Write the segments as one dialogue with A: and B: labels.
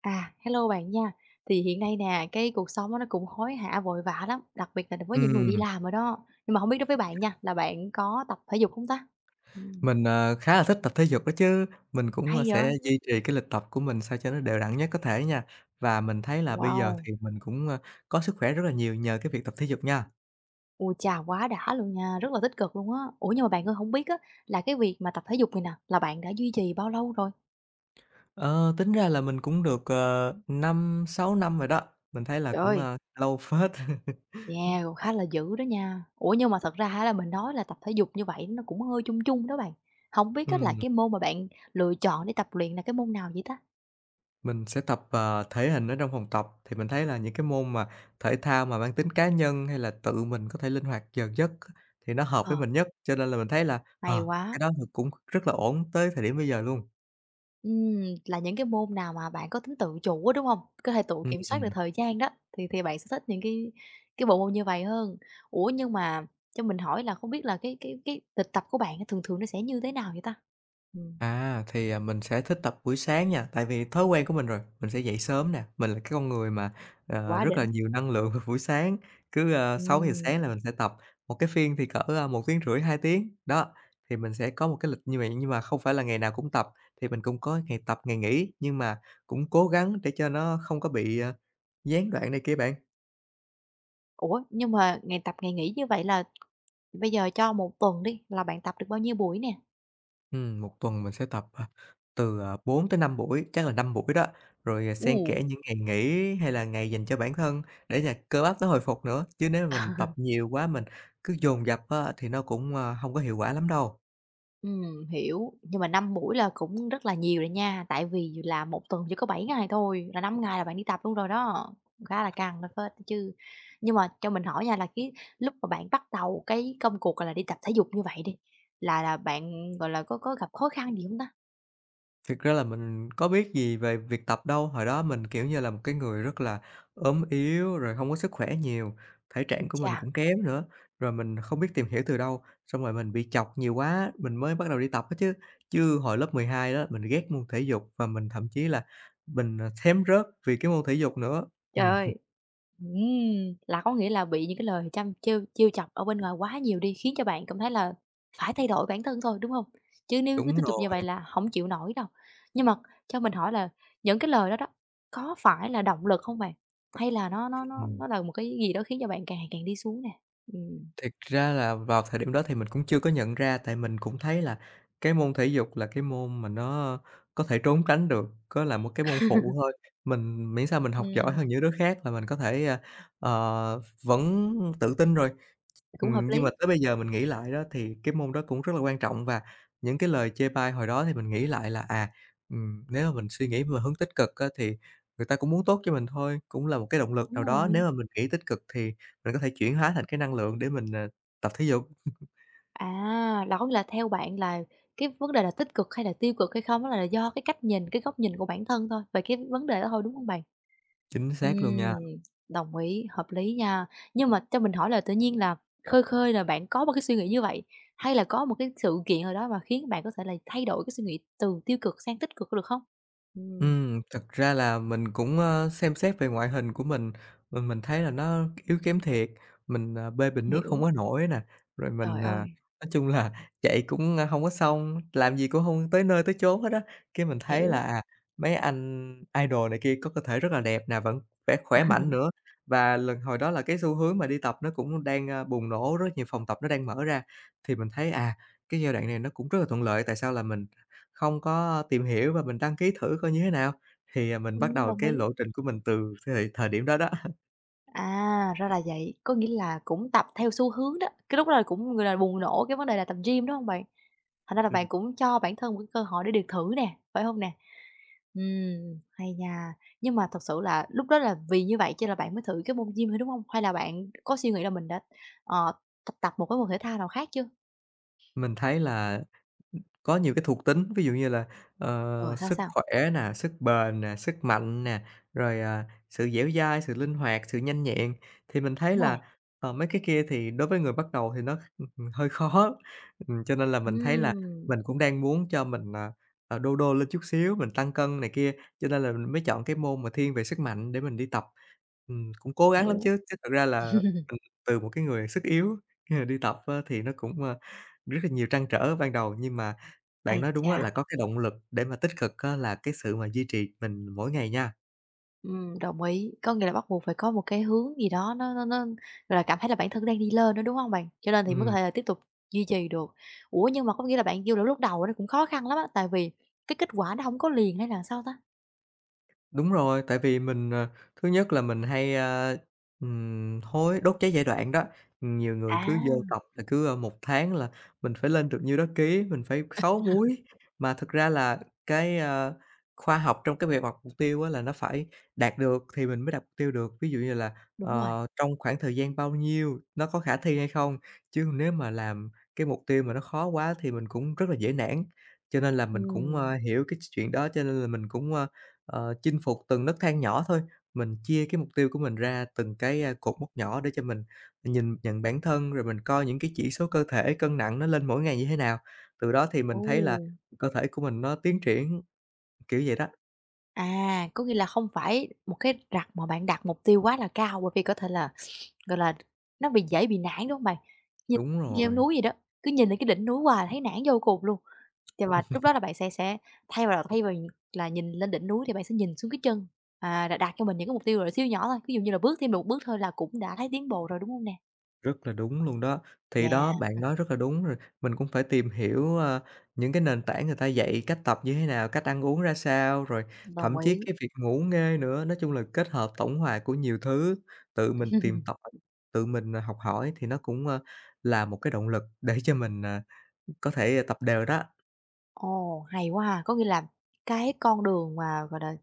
A: À, hello bạn nha. Thì hiện nay nè, cái cuộc sống á nó cũng hối hả vội vã lắm, đặc biệt là với những người đi
B: Ừm,
A: làm rồi đó. Nhưng mà không biết đối với bạn nha, là bạn có tập thể dục không ta? Ừm,
B: mình khá là thích tập thể dục đó chứ, mình cũng
A: hay vậy!
B: sẽ duy trì cái lịch tập của mình sao cho nó đều đặn nhất có thể nha. Và mình thấy là bây giờ
A: Wow!
B: thì mình cũng có sức khỏe rất là nhiều nhờ cái việc tập thể dục nha.
A: Ôi chà, quá đã luôn nha, rất là tích cực luôn á. Ủa, nhưng mà bạn ơi, không biết á là cái việc mà tập thể dục này nè, là bạn đã duy trì bao lâu rồi?
B: Ờ, tính ra là mình cũng được 5, 6 năm rồi đó, mình thấy là
A: Trời
B: cũng,
A: ơi,
B: a, lâu phết.
A: yeah, cũng khá là dữ đó nha. Ủa, nhưng mà thật ra á là mình nói là tập thể dục như vậy nó cũng hơi chung chung đó bạn. Không biết á là
B: Ừm.
A: cái môn mà bạn lựa chọn để tập luyện là cái môn nào vậy ta?
B: Mình sẽ tập thể hình ở trong phòng tập, thì mình thấy là những cái môn mà thể thao mà mang tính cá nhân hay là tự mình có thể linh hoạt giờ giấc á, thì nó hợp với
A: Ờ,
B: mình nhất, cho nên là mình thấy là,
A: hay
B: ờ,
A: quá!
B: cái đó thì cũng rất là ổn tới thời điểm bây giờ luôn.
A: Là những cái môn nào mà bạn có tính tự chủ á, đúng hông? Có thể tự kiểm soát được
B: Ừm.
A: thời gian đó, thì bạn sẽ thích những cái bộ môn như vậy hơn. Ủa, nhưng mà cho mình hỏi là không biết là cái lịch tập của bạn á thường thường nó sẽ như thế nào vậy ta? Ừm,
B: À, mình sẽ thích tập buổi sáng nha, tại vì thói quen của mình rồi, mình sẽ dậy sớm nè. Mình là cái con người mà
A: quá
B: rất là
A: đỉnh.
B: nhiều năng lượng vào buổi sáng, cứ sáu giờ
A: Ừm,
B: sáng là mình sẽ tập, một cái phiên thì cỡ 1,5 tiếng, rưỡi 2 tiếng. Đó, thì mình sẽ có một cái lịch như vậy, nhưng mà không phải là ngày nào cũng tập, thì mình cũng có ngày tập, ngày nghỉ, nhưng mà cũng cố gắng để cho nó không có bị gián đoạn này kia bạn.
A: ủa, nhưng mà ngày tập, ngày nghỉ như vậy là bây giờ cho một tuần đi, là bạn tập được bao nhiêu buổi nè?
B: 1 tuần mình sẽ tập từ 4 tới 5 buổi, chắc là 5 buổi đó, rồi
A: Ồ!
B: xen kẽ những ngày nghỉ hay là ngày dành cho bản thân để là cơ bắp nó hồi phục nữa, chứ nếu mà mình tập nhiều quá, mình cứ dồn dập á thì nó cũng hông có hiệu quả lắm đâu.
A: Hiểu, nhưng mà 5 buổi là cũng rất là nhiều rồi nha, tại vì là một tuần chỉ có 7 ngày thôi, là 5 ngày là bạn đi tập luôn rồi đó, khá là căng đó phết đó chứ. Nhưng mà cho mình hỏi nha là cái lúc mà bạn bắt đầu cái công cuộc, là, đi tập thể dục như vậy đi, là bạn, gọi là, có gặp khó khăn gì không ta?
B: Thực ra là mình có biết gì về việc tập đâu, hồi đó mình, kiểu như là, một cái người rất là ốm yếu, rồi không có sức khỏe nhiều, thể
A: Ui
B: trạng của mình
A: cha!
B: cũng kém nữa, rồi mình không biết tìm hiểu từ đâu, xong rồi mình bị chọc nhiều quá mình mới bắt đầu đi tập á chứ. Chứ hồi lớp 12 đó, mình ghét môn thể dục và mình thậm chí là mình thém rớt vì cái môn thể dục nữa.
A: Trời
B: Ừm,
A: ơi! Là có nghĩa là bị những cái lời chăm trêu trêu chọc ở bên ngoài quá nhiều đi, khiến cho bạn cảm thấy là phải thay đổi bản thân thôi, đúng hông? Chứ nếu cứ
B: đúng
A: tiếp tục như
B: rồi.
A: vậy là hổng chịu nổi đâu. Nhưng mà cho mình hỏi là những cái lời đó đó, có phải là động lực hông bạn? Hay là nó nó
B: Ừ.
A: nó nó là một cái gì đó khiến cho bạn càng ngày càng đi xuống nè? Ừm,
B: Thực ra là vào thời điểm đó thì mình cũng chưa có nhận ra, tại mình cũng thấy là cái môn thể dục là cái môn mà nó có thể trốn tránh được, có là một cái môn phụ thôi. Mình miễn sao mình học giỏi
A: ừm,
B: hơn những đứa khác là mình có thể, vẫn tự tin rồi.
A: cũng hợp
B: Nhưng mà
A: lý.
B: tới bây giờ mình nghĩ lại đó thì cái môn đó cũng rất là quan trọng và những cái lời chê bai hồi đó thì mình nghĩ lại là, nếu mà mình suy nghĩ về hướng tích cực á thì người ta cũng muốn tốt cho mình thôi, cũng là một cái động lực
A: Đúng
B: nào đó.
A: rồi.
B: Nếu mà mình nghĩ tích cực thì mình có thể chuyển hóa thành cái năng lượng để mình tập thể dục.
A: À, là có nghĩa là theo bạn là cái vấn đề là tích cực hay là tiêu cực hay không, đó là do cái cách nhìn, cái góc nhìn của bản thân thôi, về cái vấn đề đó thôi, đúng hông bạn?
B: Chính
A: Ừm,
B: xác luôn nha.
A: đồng ý, hợp lý nha. Nhưng mà cho mình hỏi là tự nhiên là khơi khơi là bạn có một cái suy nghĩ như vậy, hay là có một cái sự kiện nào đó mà khiến bạn có thể là thay đổi cái suy nghĩ từ tiêu cực sang tích cực, có được không? Ừm,
B: Thật ra là mình cũng xem xét về ngoại hình của mình, mình thấy là nó yếu kém thiệt, mình bê bình nước không
A: hiểu,
B: có nổi nè, rồi mình,
A: trời
B: à,
A: ơi,
B: nói chung là chạy cũng hông có xong, làm gì cũng không tới nơi tới chốn hết á. Cái mình thấy là,
A: hiểu,
B: à, mấy anh idol này kia có cơ thể rất là đẹp nè, vẫn vẻ khỏe mạnh nữa, và lần hồi đó là cái xu hướng mà đi tập nó cũng đang bùng nổ, rất nhiều phòng tập nó đang mở ra, thì mình thấy cái giai đoạn này nó cũng rất là thuận lợi, tại sao là mình không có tìm hiểu và mình đăng ký thử coi như thế nào, thì mình bắt đầu
A: đồng
B: cái
A: ý.
B: lộ trình của mình từ thời thời điểm đó đó.
A: À, ra là vậy, có nghĩa là cũng tập theo xu hướng đó, cái lúc đó là cũng, người là, bùng nổ cái vấn đề là tập gym, đúng hông bạn? Thành ra là bạn
B: Ừm,
A: cũng cho bản thân một cái cơ hội để được thử nè, phải hông nè? Hay nha, nhưng mà thật sự là lúc đó là vì như vậy cho là bạn mới thử cái môn gym thôi, đúng hông? Hay là bạn có suy nghĩ là mình đã, ờ, tập tập một cái môn thể thao nào khác chưa?
B: mình thấy là có nhiều cái thuộc tính, ví dụ như là,
A: Ờ,
B: ờ,
A: sao,
B: sức
A: sao?
B: khỏe nè, sức bền nè, sức mạnh nè, rồi sự dẻo dai, sự linh hoạt, sự nhanh nhẹn. Thì mình thấy
A: Đúng rồi,
B: là, ờ, mấy cái kia thì đối với người bắt đầu thì nó hơi khó, cho nên là mình thấy là
A: ừm,
B: mình cũng đang muốn cho mình đô đô lên chút xíu, mình tăng cân này kia, cho nên là mình mới chọn cái môn mà thiên về sức mạnh để mình đi tập. Cũng cố gắng lắm
A: hiểu.
B: chứ, chứ thật ra là mình từ một cái người sức yếu, đi tập á thì nó cũng rất là nhiều trăn trở ban đầu nhưng mà bạn
A: Ây
B: nói đúng
A: chà!
B: á, là có cái động lực để mà tích cực á là cái sự mà duy trì mình mỗi ngày nha.
A: Đồng ý. Có nghĩa là bắt buộc phải có một cái hướng gì đó nó, gọi là, cảm thấy là bản thân đang đi lên nữa, đúng hông bạn? Cho nên thì mới có
B: Ừm.
A: thể là tiếp tục duy trì được. Ủa, nhưng mà có nghĩa là bạn kêu là lúc đầu nó cũng khó khăn lắm á, tại vì cái kết quả nó hổng có liền hay là sao ta?
B: Đúng rồi, tại vì mình thứ nhất là mình hay hối đốt cháy giai đoạn đó. Nhiều người cứ vô
A: À,
B: tập là cứ 1 tháng là mình phải lên được nhiêu đó ký, mình phải 6 múi, mà thực ra là cái khoa học trong cái việc đặt mục tiêu á là nó phải đạt được thì mình mới đặt mục tiêu được. Ví dụ như là,
A: đúng rồi,
B: ờ, trong khoảng thời gian bao nhiêu, nó có khả thi hay không, chứ nếu mà làm cái mục tiêu mà nó khó quá thì mình cũng rất là dễ nản. Cho nên là mình cũng,
A: ừm,
B: a, hiểu cái chuyện đó cho nên là mình cũng chinh phục từng nấc thang nhỏ thôi, mình chia cái mục tiêu của mình ra từng cái cột mốc nhỏ để cho mình nhìn nhận bản thân, rồi mình coi những cái chỉ số cơ thể, cân nặng nó lên mỗi ngày như thế nào. Từ đó thì
A: ồ,
B: mình thấy là cơ thể của mình nó tiến triển, kiểu vậy đó.
A: à, có nghĩa là không phải một cái rặt mà bạn đặt mục tiêu quá là cao bởi vì có thể là gọi là, nó bị dễ bị nản, đúng hông bạn? Như
B: Đúng
A: đi leo
B: rồi.
A: núi vậy đó, cứ nhìn lên cái đỉnh núi hoài thấy nản vô cùng luôn. Thì và lúc đó là bạn sẽ thay vào thay vì là nhìn lên đỉnh núi thì bạn sẽ nhìn xuống cái chân, à, đặt cho mình những cái mục tiêu, gọi là, siêu nhỏ thôi, ví dụ như là bước thêm được một bước thôi là cũng đã thấy tiến bộ rồi, đúng hông nè?
B: Rất là đúng luôn đó. Thì
A: Yeah,
B: đó, bạn nói rất là đúng rồi, mình cũng phải tìm hiểu những cái nền tảng người ta dạy cách tập như thế nào, cách ăn uống ra sao, rồi
A: đồng
B: thậm chí
A: ý.
B: cái việc ngủ nghê nữa. Nói chung là kết hợp tổng hòa của nhiều thứ, tự mình tìm tòi, tự mình học hỏi thì nó cũng là một cái động lực để cho mình có thể tập đều đó.
A: Ồ, hay quá ha! Có nghĩa là cái con đường mà, gọi là,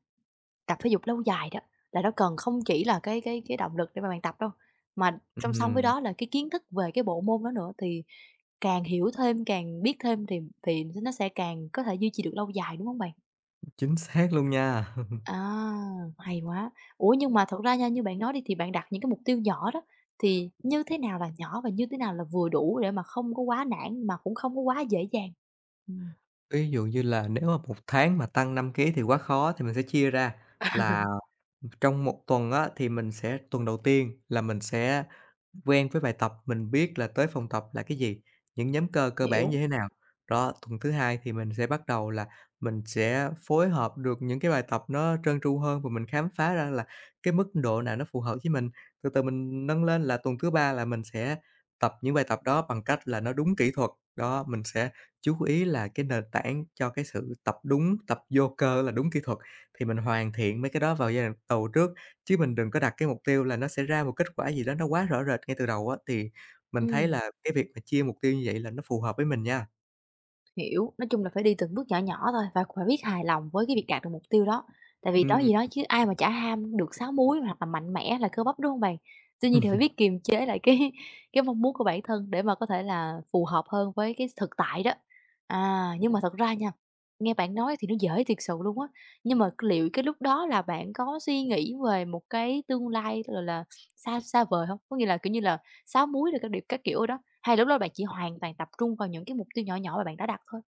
A: tập thể dục lâu dài đó, là nó cần không chỉ là cái động lực để mà bạn tập đâu, mà song song với
B: Ừm,
A: đó là cái kiến thức về cái bộ môn đó nữa thì càng hiểu thêm, càng biết thêm thì nó sẽ càng có thể duy trì được lâu dài, đúng hông bạn?
B: chính xác luôn nha.
A: À, hay quá! Ủa, nhưng mà thật ra nha, như bạn nói đi thì bạn đặt những cái mục tiêu nhỏ đó, thì như thế nào là nhỏ và như thế nào là vừa đủ để mà không có quá nản mà cũng không có quá dễ dàng? Ừm,
B: Ví dụ như là nếu mà 1 tháng mà tăng 5 ký thì quá khó thì mình sẽ chia ra là trong một tuần á, thì mình sẽ tuần đầu tiên là mình sẽ quen với bài tập, mình biết là tới phòng tập là cái gì, những nhóm cơ cơ bản
A: hiểu.
B: như thế nào. Đó, tuần thứ hai thì mình sẽ bắt đầu là mình sẽ phối hợp được những cái bài tập nó trơn tru hơn và mình khám phá ra là cái mức độ nào nó phù hợp với mình. Từ từ mình nâng lên là tuần thứ ba là mình sẽ tập những bài tập đó bằng cách là nó đúng kỹ thuật. Đó, mình sẽ chú ý là cái nền tảng cho cái sự tập đúng, tập vô cơ là đúng kỹ thuật thì mình hoàn thiện mấy cái đó vào giai đoạn đầu trước. Chứ mình đừng có đặt cái mục tiêu là nó sẽ ra một kết quả gì đó nó quá rõ rệt ngay từ đầu á, thì mình thấy
A: Ừm.
B: là cái việc mà chia mục tiêu như vậy là nó phù hợp với mình nha.
A: Hiểu, nói chung là phải đi từng bước nhỏ nhỏ thôi và cũng phải biết hài lòng với cái việc đạt được mục tiêu đó. Tại vì nói
B: Ừm.
A: gì đó chứ ai mà chả ham được sáu múi hoặc là mạnh mẽ là cơ bắp, đúng không bạn? Tuy nhiên thì phải biết kiềm chế lại cái cái mong muốn của bản thân để mà có thể là phù hợp hơn với cái thực tại đó. À, nhưng mà thật ra nha, nghe bạn nói thì nó dễ thiệt sự luôn á, nhưng mà liệu cái lúc đó là bạn có suy nghĩ về một cái tương lai, gọi là, xa xa vời không? Có nghĩa là, kiểu như là, sáu múi rồi các điệp các kiểu đó, hay lúc đó bạn chỉ hoàn toàn tập trung vào những cái mục tiêu nhỏ nhỏ mà bạn đã đặt thôi?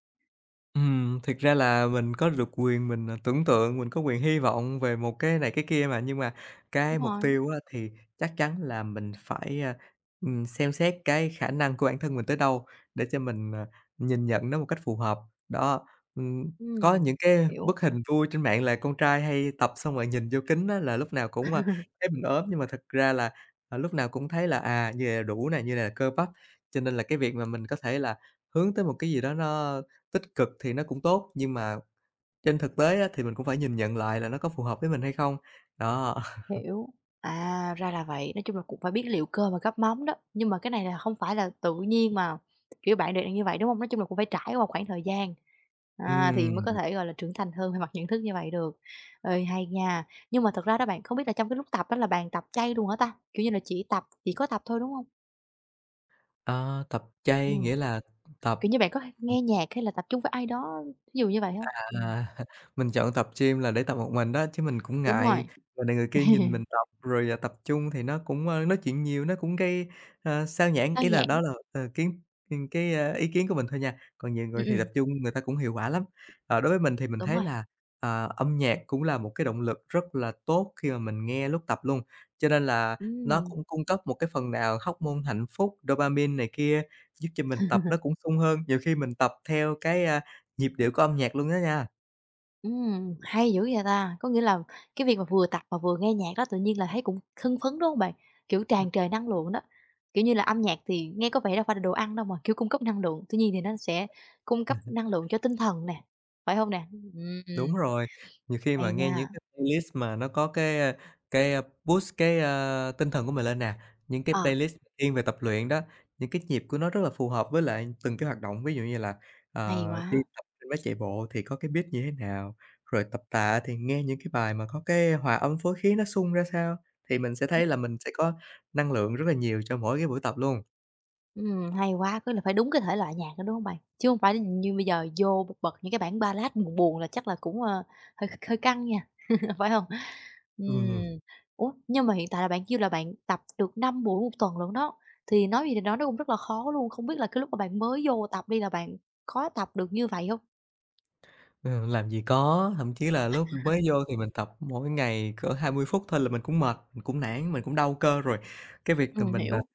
B: Thiệt ra là mình có được quyền mình tưởng tượng, mình có quyền hy vọng về một cái này cái kia mà, nhưng mà
A: Đúng
B: cái mục
A: rồi.
B: tiêu á thì chắc chắn là mình phải xem xét cái khả năng của bản thân mình tới đâu để cho mình nhìn nhận nó một cách phù hợp. Đó, ừm, có
A: Ừm,
B: những cái
A: hiểu,
B: bức hình vui trên mạng là con trai hay tập xong rồi nhìn vô kính á là lúc nào cũng thấy mình ốm, nhưng mà thật ra là lúc nào cũng thấy là như này là đủ nè, như này là cơ bắp, cho nên là cái việc mà mình có thể là hướng tới một cái gì đó nó tích cực thì nó cũng tốt, nhưng mà trên thực tế á, thì mình cũng phải nhìn nhận lại là nó có phù hợp với mình hay không. Đó,
A: hiểu. À, ra là vậy, nói chung là cũng phải biết liệu cơ mà gắp móng đó, nhưng mà cái này là không phải là tự nhiên mà, kiểu, bạn đều như vậy, đúng không? Nói chung là cũng phải trải qua một khoảng thời gian, à, thì mới có
B: ừm,
A: thể, gọi là, trưởng thành hơn về mặt nhận thức như vậy được. Ê, hay nha, nhưng mà thật ra đó bạn, không biết là trong cái lúc tập đó là bạn tập chay luôn hả ta? Kiểu như là chỉ có tập thôi, đúng không?
B: ờ, tập chay
A: Ừm,
B: nghĩa là tập
A: kiểu như, bạn có nghe nhạc hay là tập trung với ai đó, thí dụ như vậy không?
B: À, mình chọn tập gym là để tập một mình đó, chứ mình cũng
A: Đúng rồi.
B: ngại người này người kia nhìn mình tập, rồi, tập chung thì nó cũng, nói chuyện nhiều, nó cũng gây xao nhãng.
A: Sao
B: Ý là
A: nhãn,
B: đó là, ờ, kiến ừ, cái, a, ý kiến của mình thôi nha, còn nhiều người
A: ừm,
B: thì
A: ừm,
B: tập chung người ta cũng hiệu quả lắm. Ờ, đối với mình thì mình
A: đúng
B: thấy
A: rồi.
B: là, âm nhạc cũng là một cái động lực rất là tốt khi mà mình nghe lúc tập luôn, cho nên là nó
A: Ừm,
B: cũng cung cấp một cái phần nào hormone hạnh phúc, dopamine này kia, giúp cho mình tập nó cũng sung hơn. Nhiều khi mình tập theo nhịp điệu của âm nhạc luôn đó nha.
A: hay dữ vậy ta! Có nghĩa là cái việc mà vừa tập mà vừa nghe nhạc đó tự nhiên là thấy cũng hưng phấn, đúng không bạn? Kiểu,
B: Ừm,
A: tràn trề năng lượng đó. Kiểu như là, âm nhạc thì nghe có vẻ đâu phải là đồ ăn đâu mà, kiểu, cung cấp năng lượng, tuy nhiên thì nó sẽ cung cấp năng lượng cho tinh thần nè, phải không nè? Ừm,
B: đúng rồi. Nhiều khi mà
A: hay
B: nghe những
A: nha.
B: cái playlist mà nó có boost tinh thần của mình lên nè, những cái
A: Ờ,
B: playlist thiên về tập luyện đó, những cái nhịp của nó rất là phù hợp với lại từng cái hoạt động. Ví dụ như là,
A: hay
B: đi
A: quá,
B: tập trên máy chạy bộ thì có cái beat như thế nào, rồi tập tạ thì nghe những cái bài mà có cái hòa âm phối khí nó sung ra sao, thì mình sẽ thấy là mình sẽ có năng lượng rất là nhiều cho mỗi cái buổi tập luôn.
A: hay quá, tức là phải đúng cái thể loại nhạc đó, đúng không bạn? Chứ không phải như bây giờ vô bật những cái bản ballad buồn buồn là chắc là cũng, ờ, hơi hơi căng nha, phải không?
B: Ừm.
A: Ừm. Ủa, nhưng mà hiện tại là bạn kêu là bạn tập được 5 buổi một tuần lận đó, thì nói gì thì nói nó cũng rất là khó luôn, không biết là cái lúc mà bạn mới vô tập đi là bạn có tập được như vậy hông?
B: Ừ, làm gì có, thậm chí là lúc mới vô thì mình tập mỗi ngày cỡ 20 phút thôi là mình cũng mệt, mình cũng nản, mình cũng đau cơ rồi. Cái việc là mình,
A: Hiểu,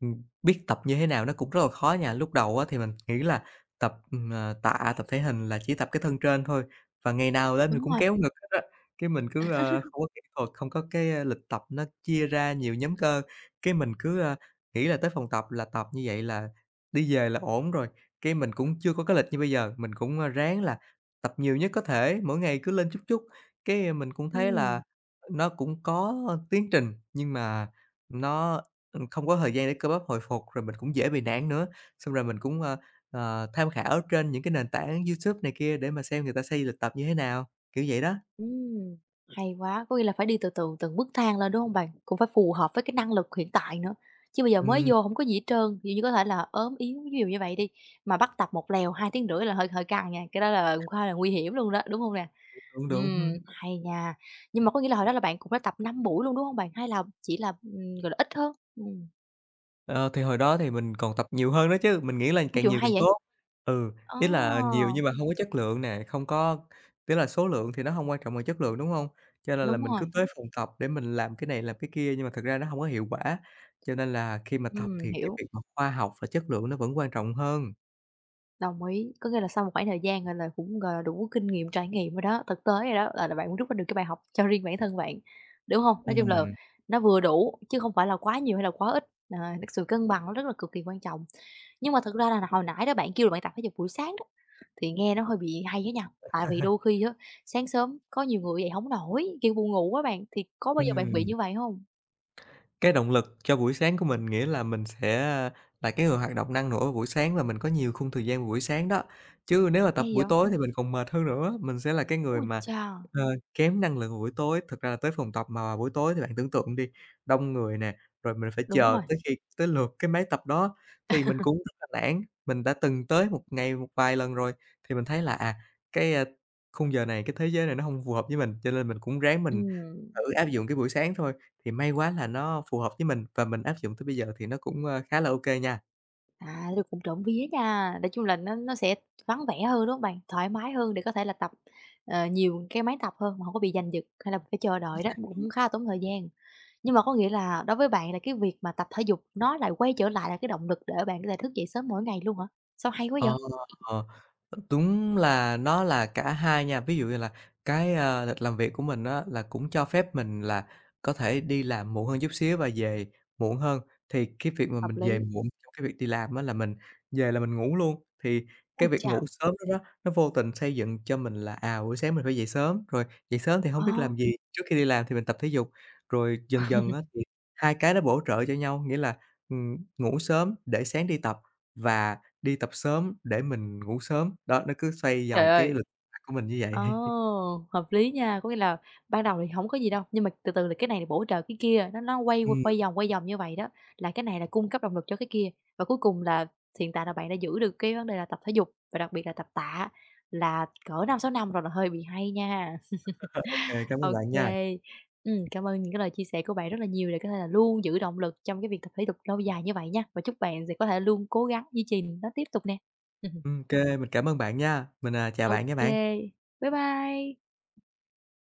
B: biết tập như thế nào nó cũng rất là khó nha. Lúc đầu á thì mình nghĩ là tập, tạ, tập thể hình là chỉ tập cái thân trên thôi, và ngày nào lên mình
A: đúng
B: cũng
A: rồi,
B: kéo ngực hết á. Cái mình cứ, không có kỹ thuật, không có lịch tập nó chia ra nhiều nhóm cơ, cái mình cứ nghĩ là tới phòng tập là tập như vậy là đi về là ổn rồi. Cái mình cũng chưa có cái lịch như bây giờ, mình cũng, ráng là tập nhiều nhất có thể, mỗi ngày cứ lên chút chút, mình cũng thấy
A: ừm.
B: là nó cũng có tiến trình, nhưng mà nó không có thời gian để cơ bắp hồi phục, rồi mình cũng dễ bị nản nữa. Xong rồi mình cũng, tham khảo trên những cái nền tảng YouTube này kia để mà xem người ta xây lịch tập như thế nào, kiểu vậy đó.
A: Ừm, hay quá, có nghĩa là phải đi từ từ từng bước thang lên, đúng không bạn? Cũng phải phù hợp với cái năng lực hiện tại nữa, chứ bây giờ mới
B: Ừm,
A: vô không có gì hết trơn, ví dụ như có thể là ốm yếu, ví dụ như vậy đi, mà bắt tập một lèo 2 tiếng rưỡi là hơi hơi căng nha, cái đó là cũng khá là nguy hiểm luôn đó, đúng không nè?
B: đúng, đúng.
A: Hay nha, nhưng mà có nghĩa là hồi đó là bạn cũng đã tập 5 buổi luôn, đúng không bạn? Hay là chỉ là, gọi là, ít hơn?
B: Ờ, thì hồi đó thì mình còn tập nhiều hơn nữa chứ, mình nghĩ là
A: Ô,
B: càng
A: trời,
B: nhiều
A: hay
B: càng
A: vậy!
B: tốt. Ừ,
A: Ờ,
B: ý là nhiều nhưng mà hông có chất lượng nè, không có tức là số lượng thì nó hông quan trọng bằng chất lượng, đúng hông? Cho nên là
A: đúng
B: mình cứ
A: rồi,
B: tới phòng tập để mình làm cái này làm cái kia nhưng mà thực ra nó hông có hiệu quả, cho nên là khi mà tập thì cái
A: hiểu.
B: việc mà khoa học và chất lượng nó vẫn quan trọng hơn.
A: Đồng ý, có nghĩa là sau một khoảng thời gian, rồi là, cũng, gọi là, đủ kinh nghiệm, trải nghiệm rồi đó, thực tế rồi đó, là bạn muốn rút ra được cái bài học cho riêng bản thân bạn, đúng hông? Nói đúng chung là
B: Ừm,
A: nó vừa đủ chứ không phải là quá nhiều hay là quá ít, à, cái sự cân bằng nó rất là cực kỳ quan trọng. Nhưng mà thực ra là hồi nãy đó bạn kêu là bạn tập thể dục buổi sáng đó, thì nghe nó hơi bị hay á nha, tại vì đôi khi á, sáng sớm có nhiều người dậy hổng nổi, kiểu, buồn ngủ á bạn, thì có bao giờ bạn bị
B: ừm.
A: như vậy hông?
B: Cái động lực cho buổi sáng của mình nghĩa là mình sẽ là cái người hoạt động năng nổ vào buổi sáng và mình có nhiều khung thời gian vào buổi sáng đó. Chứ nếu mà tập
A: Hay
B: buổi
A: vậy?
B: tối thì mình còn mệt hơn nữa, mình sẽ là cái người
A: Ôi
B: mà
A: cha!
B: ờ, kém năng lượng vào buổi tối. Thực ra là tới phòng tập mà buổi tối thì bạn tưởng tượng đi, đông người nè, rồi mình phải
A: Đúng
B: chờ
A: rồi,
B: tới khi tới lượt cái máy tập đó thì mình cũng rất là nản. Mình đã từng tới một ngày một vài lần rồi thì mình thấy là, cái, a, khung giờ này, cái thế giới này nó không phù hợp với mình, cho nên mình cũng ráng mình
A: ừm.
B: thử áp dụng cái buổi sáng thôi. Thì may quá là nó phù hợp với mình và mình áp dụng tới bây giờ thì nó cũng, khá là ô kê nha.
A: À, thì cũng trộm vía nha, nói chung là nó sẽ vắng vẻ hơn, đúng không bạn? Thoải mái hơn để có thể là tập, ờ, nhiều cái máy tập hơn mà không có bị giành giật hay là phải chờ đợi đó, cũng khá là tốn thời gian. Nhưng mà có nghĩa là đối với bạn là cái việc mà tập thể dục nó lại quay trở lại là cái động lực để bạn có thể thức dậy sớm mỗi ngày luôn hả? Sao hay quá vậy?
B: Ờ, ờ, đúng là nó là cả hai nha. Ví dụ như là lịch làm việc của mình á là cũng cho phép mình là có thể đi làm muộn hơn chút xíu và về muộn hơn, thì cái việc mà
A: Hợp
B: mình về
A: lý.
B: muộn trong cái việc đi làm á là mình về là mình ngủ luôn. Thì
A: Ôi
B: cái việc
A: chà!
B: ngủ sớm đó đó, nó vô tình xây dựng cho mình là, buổi sáng mình phải dậy sớm, rồi dậy sớm thì
A: Ờ.
B: hông biết làm gì, trước khi đi làm thì mình tập thể dục, rồi dần dần á thì hai cái nó bổ trợ cho nhau, nghĩa là, ngủ sớm để sáng đi tập và đi tập sớm để mình ngủ sớm, đó, nó cứ xoay
A: Trời
B: vòng cái lịch
A: ơi!
B: sinh hoạt của mình như
A: Ồ,
B: vậy.
A: hợp lý nha, có nghĩa là ban đầu thì hổng có gì đâu, nhưng mà từ từ là cái này bổ trợ cái kia, nó quay
B: Ừm.
A: quay vòng như vậy đó, là cái này là cung cấp động lực cho cái kia. Và cuối cùng là hiện tại là bạn đã giữ được cái vấn đề là tập thể dục và đặc biệt là tập tạ là cỡ 5-6 năm rồi là hơi bị hay nha.
B: Ô kê, cảm ơn
A: Ô
B: bạn nha.
A: kê, cảm ơn những cái lời chia sẻ của bạn rất là nhiều để có thể là luôn giữ động lực trong cái việc tập thể dục lâu dài như vậy nha, và chúc bạn sẽ có thể luôn cố gắng duy trì nó tiếp tục nè.
B: Kê, mình cảm ơn bạn nha. Mình, chào
A: Ô
B: bạn nha bạn.
A: kê, bye bye.